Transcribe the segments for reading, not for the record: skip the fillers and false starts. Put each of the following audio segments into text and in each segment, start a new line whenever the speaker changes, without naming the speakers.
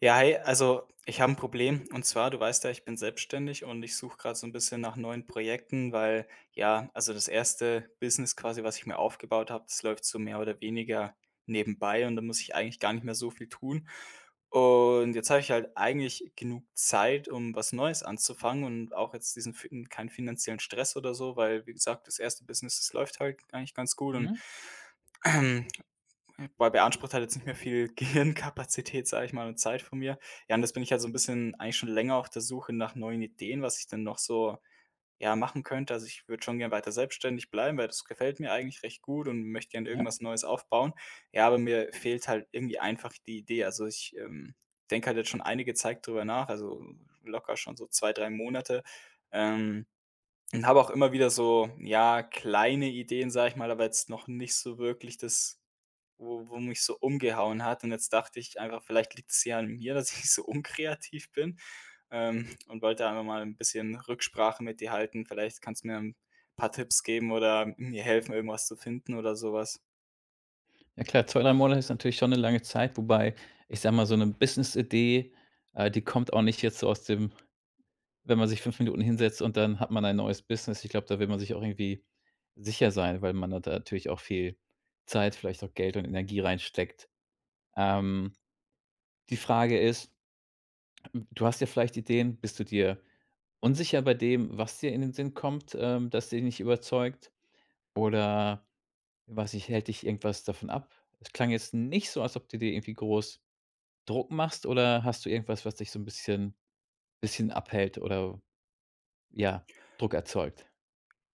Ja, hey, also ich habe ein Problem, und zwar, du weißt ja, ich bin selbstständig und ich suche gerade so ein bisschen nach neuen Projekten, weil ja, also das erste Business quasi, was ich mir aufgebaut habe, das läuft so mehr oder weniger nebenbei und da muss ich eigentlich gar nicht mehr so viel tun. Und jetzt habe ich halt eigentlich genug Zeit, um was Neues anzufangen und auch jetzt keinen finanziellen Stress oder so, weil wie gesagt, das erste Business, das läuft halt eigentlich ganz gut und
Mhm,
weil beansprucht hat jetzt nicht mehr viel Gehirnkapazität, sage ich mal, und Zeit von mir. Ja, und das bin ich halt so ein bisschen eigentlich schon länger auf der Suche nach neuen Ideen, was ich denn noch so, ja, machen könnte. Also, ich würde schon gern weiter selbstständig bleiben, weil das gefällt mir eigentlich recht gut, und möchte gern
ja.
irgendwas Neues aufbauen. Ja, aber mir fehlt halt irgendwie einfach die Idee. Also, ich denke halt jetzt schon einige Zeit drüber nach, also locker schon so 2 3 Monate. Ähm und habe auch immer wieder so, ja, kleine Ideen, sage ich mal, aber jetzt noch nicht so wirklich das, wo mich so umgehauen hat. Und jetzt dachte ich einfach, vielleicht liegt es ja an mir, dass ich so unkreativ bin, und wollte einfach mal ein bisschen Rücksprache mit dir halten. Vielleicht kannst du mir ein paar Tipps geben oder mir helfen, irgendwas zu finden oder sowas.
Ja klar, zwei 3 Monate ist natürlich schon eine lange Zeit, wobei, ich sage mal, so 'ne Business-Idee, die kommt auch nicht jetzt so aus dem. Wenn man sich 5 Minuten hinsetzt und dann hat man ein neues Business. Ich glaube, da will man sich auch irgendwie sicher sein, weil man da natürlich auch viel Zeit, vielleicht auch Geld und Energie reinsteckt. Ähm, Die Frage ist, du hast ja vielleicht Ideen, bist du dir unsicher bei dem, was dir in den Sinn kommt, dass dich nicht überzeugt? Oder Was ich hält dich irgendwas davon ab? Es klang jetzt nicht so, als ob du dir irgendwie groß Druck machst, oder hast du irgendwas, was dich so ein bisschen abhält oder, ja, Druck erzeugt?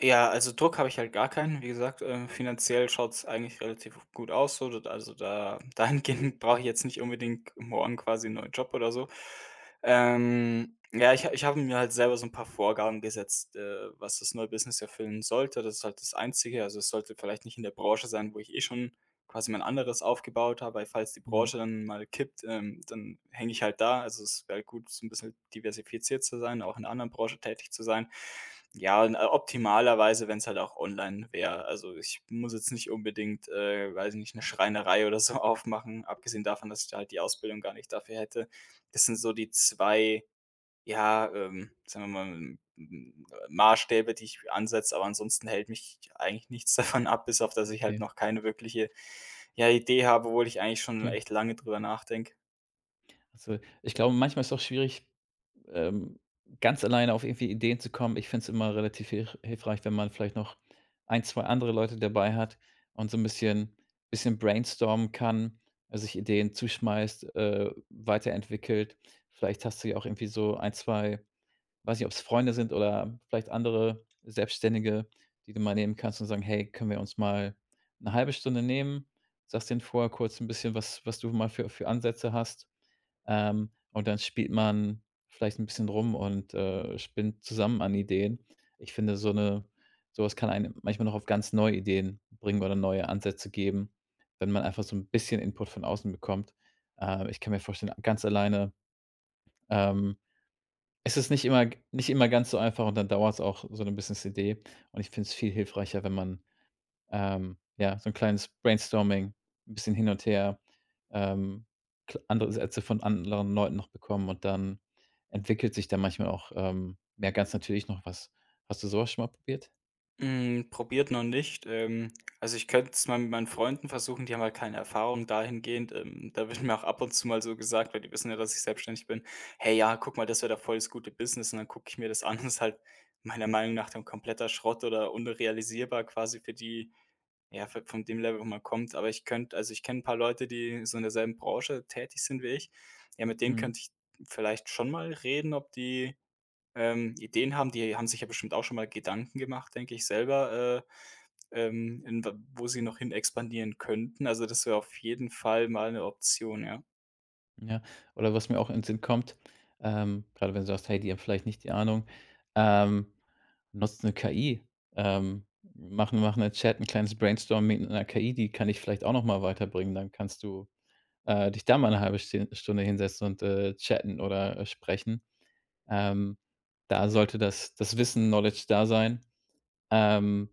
Ja, also Druck habe ich halt gar keinen. Wie gesagt, finanziell schaut's eigentlich relativ gut aus so. D also da dahingehend brauche ich jetzt nicht unbedingt morgen quasi einen neuen Job oder so. Ja, ich habe mir halt selber so ein paar Vorgaben gesetzt, was das neue Business erfüllen sollte. Das ist halt das Einzige. Also, es sollte vielleicht nicht in der Branche sein, wo ich eh schon quasi mein anderes aufgebaut habe, weil falls die
Mhm,
Branche dann mal kippt, dann hänge ich halt da. Also es wäre gut, so ein bisschen diversifiziert zu sein, auch in 'ner anderen Branche tätig zu sein. Ja, und, optimalerweise, wenn's halt auch online wäre. Also, ich muss jetzt nicht unbedingt, weiß ich nicht, eine Schreinerei oder so aufmachen, abgesehen davon, dass ich da halt die Ausbildung gar nicht dafür hätte. Das sind so die 2. Ja, sagen wir mal, m m Maßstäbe, die ich ansetze, aber ansonsten hält mich eigentlich nichts davon ab, bis auf dass ich halt
okay,
noch keine wirkliche, ja, Idee habe, obwohl ich eigentlich schon
okay.
echt lange drüber nachdenke.
Also, ich glaube, manchmal ist es auch schwierig, ähm, ganz alleine auf irgendwie Ideen zu kommen. Ich finde es immer relativ hilfreich, wenn man vielleicht noch ein 2 andere Leute dabei hat und so ein bisschen brainstormen kann, also, sich Ideen zuschmeißt, weiterentwickelt. Vielleicht hast du ja auch irgendwie so ein 2 weiß nicht, ob es Freunde sind oder vielleicht andere Selbstständige, die du mal nehmen kannst und sagen: „Hey, können wir uns mal eine halbe Stunde nehmen?“ Sagst denen vorher kurz ein bisschen, was du mal für Ansätze hast, und dann spielt man vielleicht ein bisschen rum und, spinnt zusammen an Ideen. Ich finde, so eine so was kann einen manchmal noch auf ganz neue Ideen bringen oder neue Ansätze geben, wenn man einfach so ein bisschen Input von außen bekommt. Ich kann mir vorstellen, ganz alleine, ähm es ist nicht immer ganz so einfach, und dann dauert es auch so eine Business-Idee. Und ich finde es viel hilfreicher, wenn man, ja, so ein kleines Brainstorming, ein bisschen hin und her, ähm, kl andere Sätze von anderen Leuten noch bekommen und dann entwickelt sich da manchmal auch, ja, ganz natürlich noch was. Hast du sowas schon mal probiert?
Hm, probiert noch nicht. Also, ich könnte es mal mit meinen Freunden versuchen, die haben halt keine Erfahrung dahingehend. Da wird mir auch ab und zu mal so gesagt, weil die wissen ja, dass ich selbstständig bin: „Hey, ja, guck mal, das wäre doch voll das gute Business.“ Und dann gucke ich mir das an, das ist halt meiner Meinung nach dann kompletter Schrott oder unrealisierbar quasi für die. Ja, v von dem Level, wo man kommt, aber ich könnte also, ich kenne ein paar Leute, die so in derselben Branche tätig sind wie ich. Ja, mit denen
Mhm.
könnte ich vielleicht schon mal reden, ob die Ideen haben. Die haben sich ja bestimmt auch schon mal Gedanken gemacht, denke ich selber, in w wo sie noch hin expandieren könnten. Also, das wäre auf jeden Fall mal eine Option, ja.
Ja, oder was mir auch in den Sinn kommt, grade wenn du sagst: „Hey, die haben vielleicht nicht die Ahnung“, ähm, nutzt 'ne KI. Ähm, mach 'ne Chat, ein kleines Brainstorming mit 'ner KI, die kann ich vielleicht auch noch mal weiterbringen. Dann kannst du, dich da mal eine halbe 2 Stunde hinsetzen und, chatten oder, sprechen. Ähm, Da sollte das Wissen, Knowledge da sein. Ähm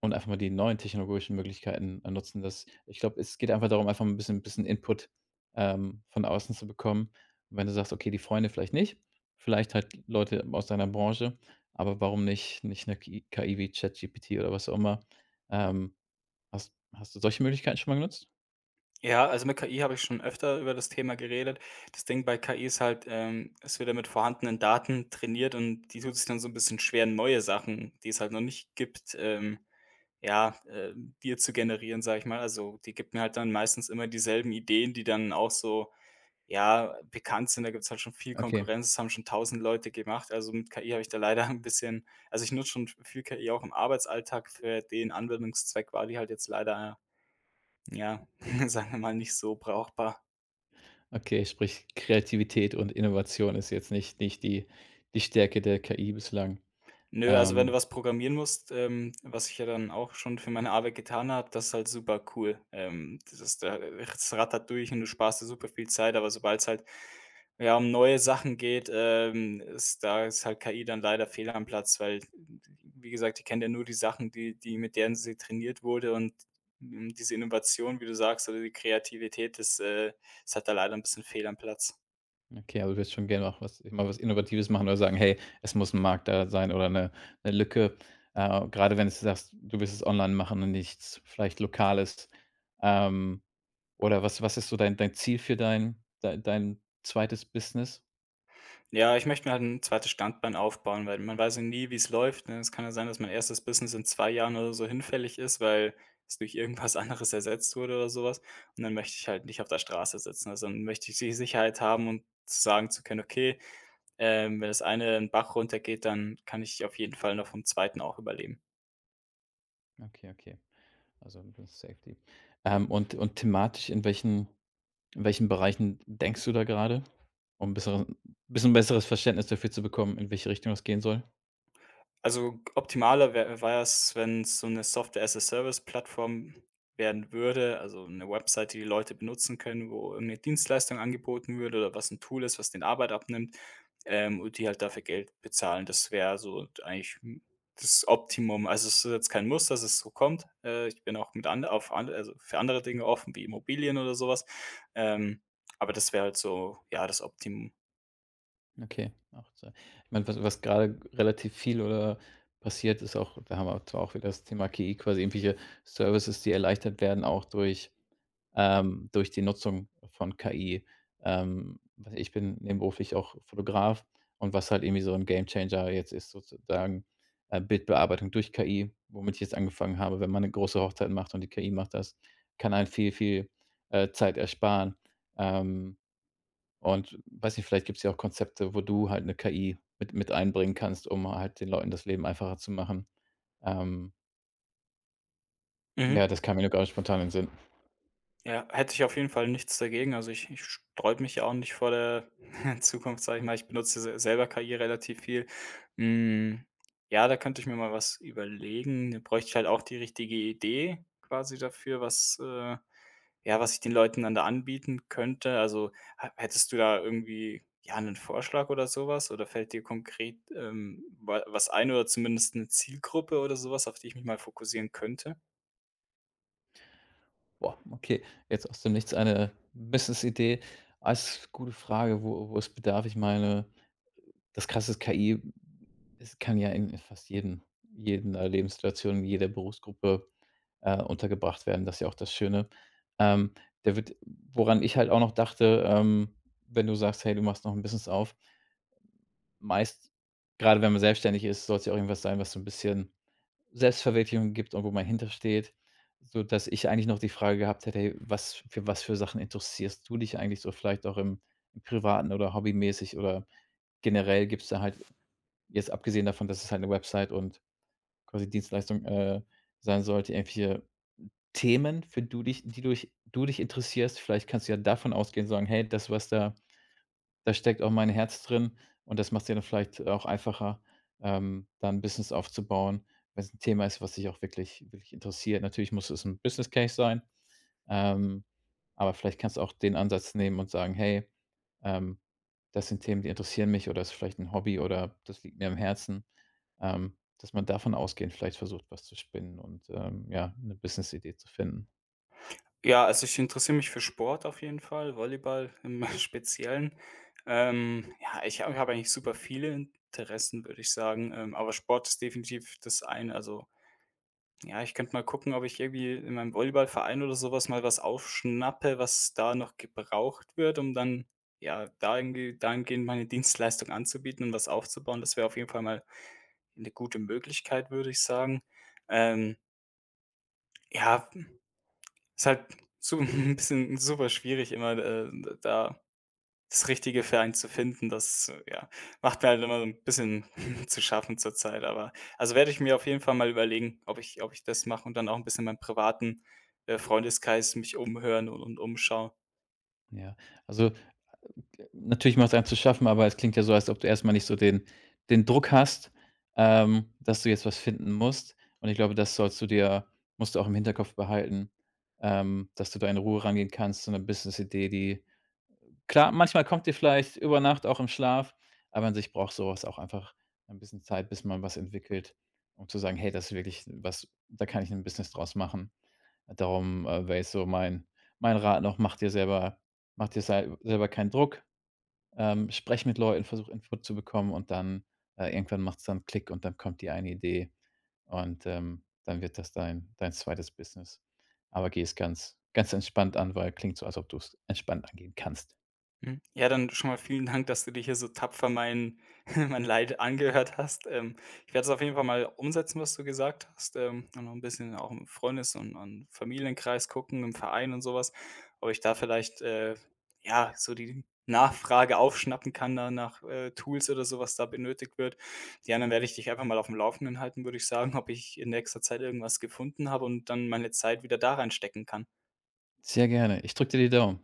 und einfach mal die neuen technologischen Möglichkeiten, nutzen. Das ich glaube, es geht einfach darum, einfach mal ein bisschen Input, von außen zu bekommen. Und wenn du sagst: „Okay, die Freunde vielleicht nicht, vielleicht halt Leute aus deiner Branche, aber warum nicht 'ne KI wie ChatGPT oder was auch immer?“ Ähm, hast du solche Möglichkeiten schon mal genutzt?
Ja, also, mit KI habe ich schon öfter über das Thema geredet. Das Ding bei KI ist halt, es wird ja mit vorhandenen Daten trainiert und die tut sich dann so ein bisschen schwer, neue Sachen, die es halt noch nicht gibt, ja, Bier zu generieren, sage ich mal. Also, die gibt mir halt dann meistens immer dieselben Ideen, die dann auch so, ja, bekannt sind. Da gibt's halt schon viel
Okay,
Konkurrenz. Das haben schon tausend Leute gemacht. Also, mit KI habe ich da leider ein bisschen also, ich nutze schon viel KI auch im Arbeitsalltag. Für den Anwendungszweck war die halt jetzt leider, ja, sagen wir mal, nicht so brauchbar.
okay, sprich Kreativität und Innovation ist jetzt nicht die Stärke der KI bislang.
Nö, also wenn du
Ähm
was programmieren musst, was ich ja dann auch schon für meine Arbeit getan habe, das ist halt super cool. Das ist, da es rattert durch und du sparst dir super viel Zeit, aber sobald es halt, ja, um neue Sachen geht, ist halt KI dann leider fehl am Platz, weil, wie gesagt, die kennt ja nur die Sachen, die die mit denen sie trainiert wurde, und hm, diese Innovation, wie du sagst, oder die Kreativität, das, ist halt da leider ein bisschen fehl am Platz.
Okay, also du willst schon gerne auch was mal was Innovatives machen oder sagen: „Hey, es muss ein Markt da sein oder eine 'ne Lücke.“ Grade wenn du sagst, du willst es online machen und nichts vielleicht Lokales. Ähm, oder was ist so dein Ziel für dein zweites Business?
Ja, ich möchte mir halt ein zweites Standbein aufbauen, weil man weiß ja nie, wie es läuft, ne? Es kann ja sein, dass mein erstes Business in 2 Jahren oder so hinfällig ist, weil es durch irgendwas anderes ersetzt wurde oder sowas. Und dann möchte ich halt nicht auf der Straße sitzen. Also, dann möchte ich die Sicherheit haben und sagen zu können: „Okay, wenn das eine in 'n Bach runtergeht, dann kann ich auf jeden Fall noch vom Zweiten auch überleben.“
Okay, okay. Also, das Safety. Und thematisch in welchen Bereichen denkst du da gerade, um besseren bisschen bisschen besseres Verständnis dafür zu bekommen, in welche Richtung das gehen soll?
Also, optimaler wär wäre es, wenn's so eine Software-as-a-Service-Plattform werden würde, also eine Website, die die Leute benutzen können, wo irgend 'ne Dienstleistung angeboten würde oder was ein Tool ist, was den Arbeit abnimmt, und die halt dafür Geld bezahlen. Das wäre so eigentlich, hm, das Optimum. Also, es ist jetzt kein Muss, dass es so kommt. Ich bin auch mit ande auf an also für andere Dinge offen, wie Immobilien oder sowas. Ähm, aber das wäre halt so, ja, das Optimum.
Okay, 18. Ich meine, was grade relativ viel oder passiert, ist auch da haben wir zwar auch wieder das Thema KI, quasi irgendwelche Services, die erleichtert werden, auch durch durch die Nutzung von KI. Was Ich bin nebenberuflich auch Fotograf, und was halt irgendwie so ein Gamechanger jetzt ist sozusagen, Bildbearbeitung durch KI, womit ich jetzt angefangen habe. Wenn man eine große Hochzeit macht und die KI macht das, kann einen viel, viel, Zeit ersparen. Ähm und weiß nicht, vielleicht gibt es ja auch Konzepte, wo du halt 'ne KI mit einbringen kannst, um halt den Leuten das Leben einfacher zu machen. Ähm,
Mhm.
ja, das kam mir nur grade spontan in den Sinn.
Ja, hätte ich auf jeden Fall nichts dagegen. Also, ich sträube mich ja auch nicht vor der Zukunft, sage ich mal. Ich benutze se selber KI relativ viel. Hm, ja, da könnte ich mir mal was überlegen. Da bräuchte ich halt auch die richtige Idee quasi dafür, was, ja, was ich den Leuten dann da anbieten könnte. Also, hä hättest du da irgendwie, ja, einen Vorschlag oder sowas? Oder fällt dir konkret, wa was ein, oder zumindest eine Zielgruppe oder sowas, auf die ich mich mal fokussieren könnte?
Boah, okay, jetzt aus dem Nichts eine Business-Idee. Als gute Frage, wo es bedarf. Ich meine, das Krasse ist, KI, es kann ja in fast jeden jeden, Lebenssituation, in jeder Berufsgruppe, untergebracht werden. Das ist ja auch das Schöne. Ähm, da wird woran ich halt auch noch dachte, wenn du sagst: „Hey, du machst noch ein Business auf“, meist gerade wenn man selbstständig ist, sollte ja auch irgendwas sein, was so ein bisschen Selbstverwirklichung gibt und wo man hintersteht, sodass ich eigentlich noch die Frage gehabt hätte: „Hey, was für Sachen interessierst du dich eigentlich so vielleicht auch im Privaten oder hobbymäßig oder generell?“ Gibt es da halt jetzt abgesehen davon, dass es halt eine Website und quasi Dienstleistung, sein sollte, irgendwelche Themen, für du dich die du dich interessierst? Vielleicht kannst du ja davon ausgehen sagen: „Hey, das, was da da steckt auch mein Herz drin und das macht es ja dann vielleicht auch einfacher, da 'n Business aufzubauen, wenn's 'n Thema ist, was dich auch wirklich interessiert. Natürlich muss es 'n Business Case sein, ähm, aber vielleicht kannst du auch den Ansatz nehmen und sagen: „Hey, ähm, das sind Themen, die interessieren mich oder ist vielleicht 'n Hobby oder das liegt mir am Herzen.“ dass man davon ausgehend vielleicht versucht, was zu spinnen und, ja, 'ne Business-Idee zu finden.
Ja, also ich interessiere mich für Sport auf jeden Fall, Volleyball im Speziellen. Ja, ich habe eigentlich super viele Interessen, würde ich sagen, aber Sport ist definitiv das eine. Also, ja, ich könnte mal gucken, ob ich irgendwie in meinem Volleyballverein oder sowas mal was aufschnappe, was da noch gebraucht wird, um dann, ja, da irgendwie dahingehend meine Dienstleistung anzubieten und was aufzubauen. Das wäre auf jeden Fall mal eine gute Möglichkeit, würde ich sagen. Ähm, ja. Ist halt su 'n bisschen super schwierig immer, da das Richtige für einen zu finden. Das, ja, macht mir halt immer so ein bisschen zu schaffen zurzeit, aber also, werde ich mir auf jeden Fall mal überlegen, ob ich das mache und dann auch ein bisschen meinen privaten, Freundeskreis mich umhören und umschauen.
Ja, also natürlich macht es einem zu schaffen, aber es klingt ja so, als ob du erst mal nicht so den Druck hast, dass du jetzt was finden musst. Und ich glaube, das sollst du dir musst du auch im Hinterkopf behalten, dass du da in Ruhe rangehen kannst, so 'ne Businessidee, die klar, manchmal kommt die vielleicht über Nacht auch im Schlaf, aber an sich braucht sowas auch einfach ein bisschen Zeit, bis man was entwickelt, um zu sagen: „Hey, das ist wirklich was, da kann ich ein Business draus machen.“ Darum, wäre jetzt so mein Rat noch: Mach dir selber, mach dir sei selber keinen Druck. Spreche mit Leuten, versuche Input zu bekommen, und dann irgendwann macht es dann Klick, und dann kommt die eine Idee und, dann wird das dein zweites Business. Aber geh es ganz ganz entspannt an, weil klingt so, als ob du es entspannt angehen kannst.
Mhm. Ja, dann schon mal vielen Dank, dass du dir hier so tapfer mein mein Leid angehört hast. Ich werde es auf jeden Fall mal umsetzen, was du gesagt hast, und noch ein bisschen auch im Freundes und Familienkreis gucken, im Verein und sowas, ob ich da vielleicht, ja, so die Nachfrage aufschnappen kann da nach, Tools oder so, was da benötigt wird. Ja, dann werde ich dich einfach mal auf dem Laufenden halten, würde ich sagen, ob ich in nächster Zeit irgendwas gefunden habe und dann meine Zeit wieder da reinstecken kann.
Sehr gerne. Ich drücke dir die Daumen.